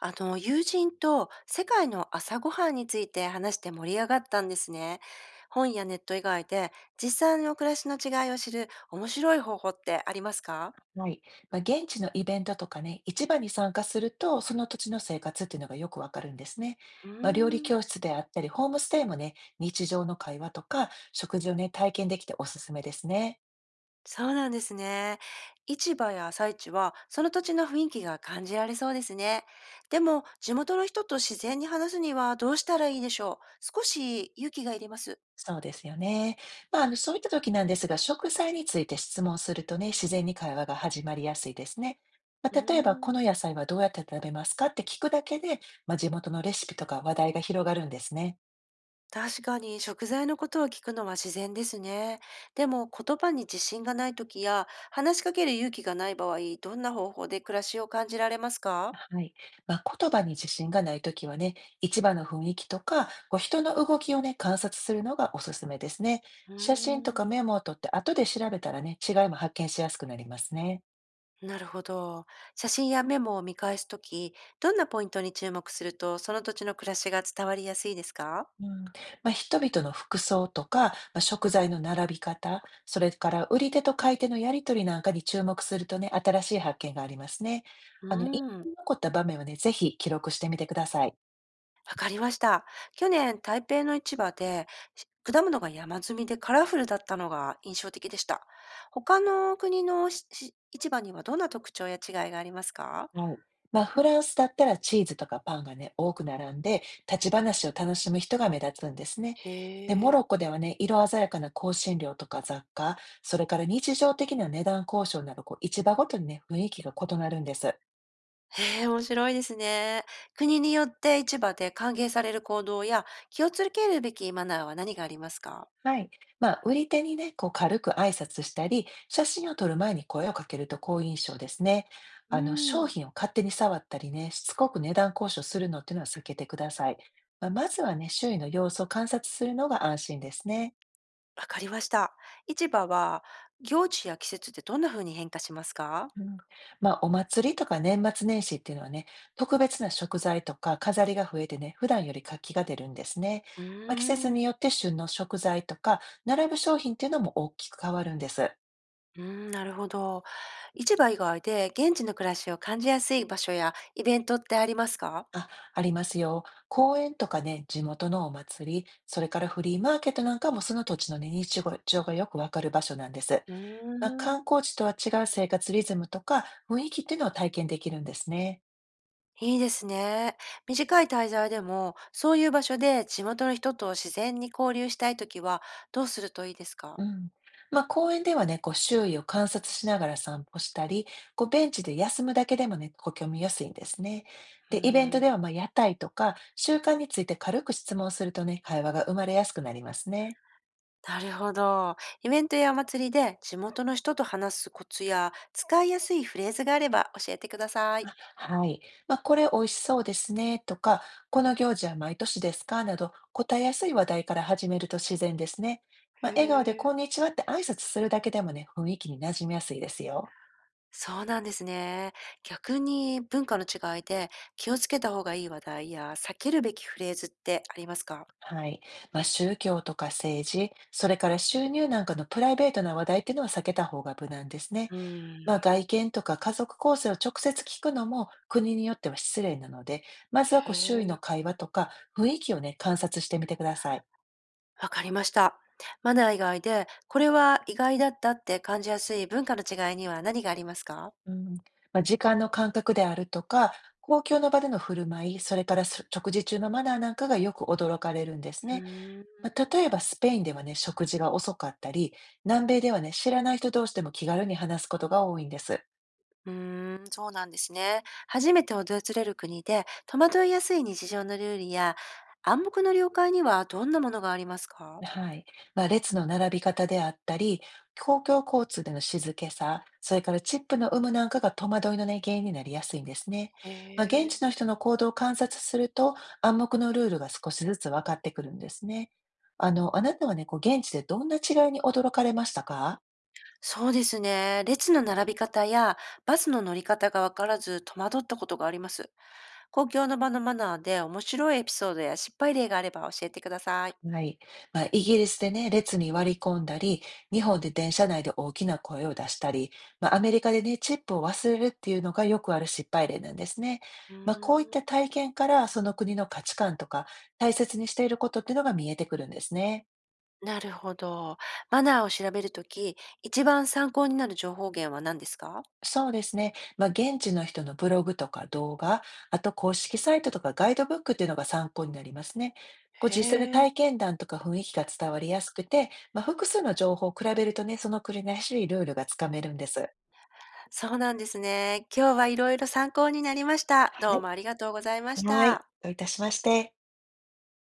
友人と世界の朝ごはんについて話して盛り上がったんですね。本やネット以外で実際の暮らしの違いを知る面白い方法ってありますか？はい。現地のイベントとかね、市場に参加すると、その土地の生活っていうのがよくわかるんですね。うー料理ん、教室であったり、ホームステイもね、日常の会話とか、食事をね、体験できておすすめですね。そうなんですね。市場や朝市はその土地の雰囲気が感じられそうですね。でも、地元の人と自然に話すにはどうしたらいいでしょう？少し勇気がいります。そうですよね。そういった時なんですが、食材について質問するとね、自然に会話が始まりやすいですね。うー例えば、このん、野菜はどうやって食べますかって聞くだけで、地元のレシピとか話題が広がるんですね。確かに食材のことを聞くのは自然ですね。でも言葉に自信がない時や話しかける勇気がない場合、どんな方法で暮らしを感じられますか？はい。言葉に自信がないときはね、市場の雰囲気とか、こう人の動きをね、観察するのがおすすめですね。うー写真とかん、メモを取って後で調べたらね、違いも発見しやすくなりますね。なるほど。写真やメモを見返すとき、どんなポイントに注目すると、その土地の暮らしが伝わりやすいですか？うん。人々の服装とか、食材の並び方、それから売り手と買い手のやり取りなんかに注目するとね、新しい発見がありますね。う印ー象ん、に残った場面をね、ぜひ記録してみてください。わかりました。去年、台北の市場で、し果物が山積みでカラフルだったのが印象的でした。他の国のしし市場にはどんな特徴や違いがありますか？はい。フランスだったらチーズとかパンがね、多く並んで、立ち話を楽しむ人が目立つんですね。で、モへえ。ロッコではね、色鮮やかな香辛料とか雑貨、それから日常的な値段交渉など、こう、市場ごとにね、雰囲気が異なるんです。へえ、面白いですね。国によって市場で歓迎される行動や気をつけるべきマナーは何がありますか？はい。売り手にね、こう、軽く挨拶したり、写真を撮る前に声をかけると好印象ですね。う商ん、品を勝手に触ったりね、しつこく値段交渉するのっていうのは避けてください。まずはね、周囲の様子を観察するのが安心ですね。わかりました。市場は行事や季節でどんな風に変化しますか？うん、お祭りとか年末年始っていうのはね、特別な食材とか飾りが増えてね、普段より活気が出るんですね。う季節ーにん、よって旬の食材とか、並ぶ商品っていうのも大きく変わるんです。うーん、なるほど。市場以外で現地の暮らしを感じやすい場所やイベントってありますか？あ、ありますよ。公園とかね、地元のお祭り、それからフリーマーケットなんかもその土地のね、日常がよくわかる場所なんです。うーん、観光地とは違う生活リズムとか雰囲気っていうのを体験できるんですね。いいですね。短い滞在でも、そういう場所で地元の人と自然に交流したいときは、どうするといいですうか？ん。公園ではね、こう周囲を観察しながら散歩したり、こうベンチで休むだけでもね、こう興味やすいんですね。うーで、イベントではん、屋台とか習慣について軽く質問するとね、会話が生まれやすくなりますね。なるほど。イベントやお祭りで地元の人と話すコツや、使いやすいフレーズがあれば教えてください。はい。これ美味しそうですねとか、この行事は毎年ですかなど、答えやすい話題から始めると自然ですね。笑顔でへこんえ。にちはって挨拶するだけでもね、雰囲気に馴染みやすいですよ。そうなんですね。逆に文化の違いで気をつけた方がいい話題や避けるべきフレーズってありますか？はい。宗教とか政治、それから収入なんかのプライベートな話題っていうのは避けた方が無難ですね。うん、外見とか家族構成を直接聞くのも国によっては失礼なので、まずはへこう周囲のえ、会話とか雰囲気をね、観察してみてください。わかりました。マナー以外でこれは意外だったって感じやすい文化の違いには何がありますか？うん。時間の感覚であるとか、公共の場での振る舞い、それからす食事中のマナーなんかがよく驚かれるんですうね。ーん。例えばスペインではね、食事が遅かったり、南米ではね、知らない人同士でも気軽に話すことが多いんです。うーん、そうなんですね。初めて訪れる国で戸惑いやすい日常のルールや暗黙の了解にはどんなものがありますか？はい。列の並び方であったり、公共交通での静けさ、それからチップの有無なんかが戸惑いの、ね、原因になりやすいんですね。へ現地え。の人の行動を観察すると、暗黙のルールが少しずつ分かってくるんですね。あなたはね、こう現地でどんな違いに驚かれましたか？そうですね。列の並び方やバスの乗り方がわからず戸惑ったことがあります。公共の場のマナーで面白いエピソードや失敗例があれば教えてください。はい。イギリスでね、列に割り込んだり、日本で電車内で大きな声を出したり、アメリカでね、チップを忘れるっていうのがよくある失敗例なんですね。うーん、こういった体験から、その国の価値観とか、大切にしていることっていうのが見えてくるんですね。なるほど。マナーを調べるとき、一番参考になる情報源は何ですか？そうですね。現地の人のブログとか動画、あと公式サイトとかガイドブックっていうのが参考になりますね。こうへ実際のえ、体験談とか雰囲気が伝わりやすくて、複数の情報を比べるとね、その国らしいルールがつかめるんです。そうなんですね。今日はいろいろ参考になりました。どはうもありがとうございましい。はい。た。どういたしまして。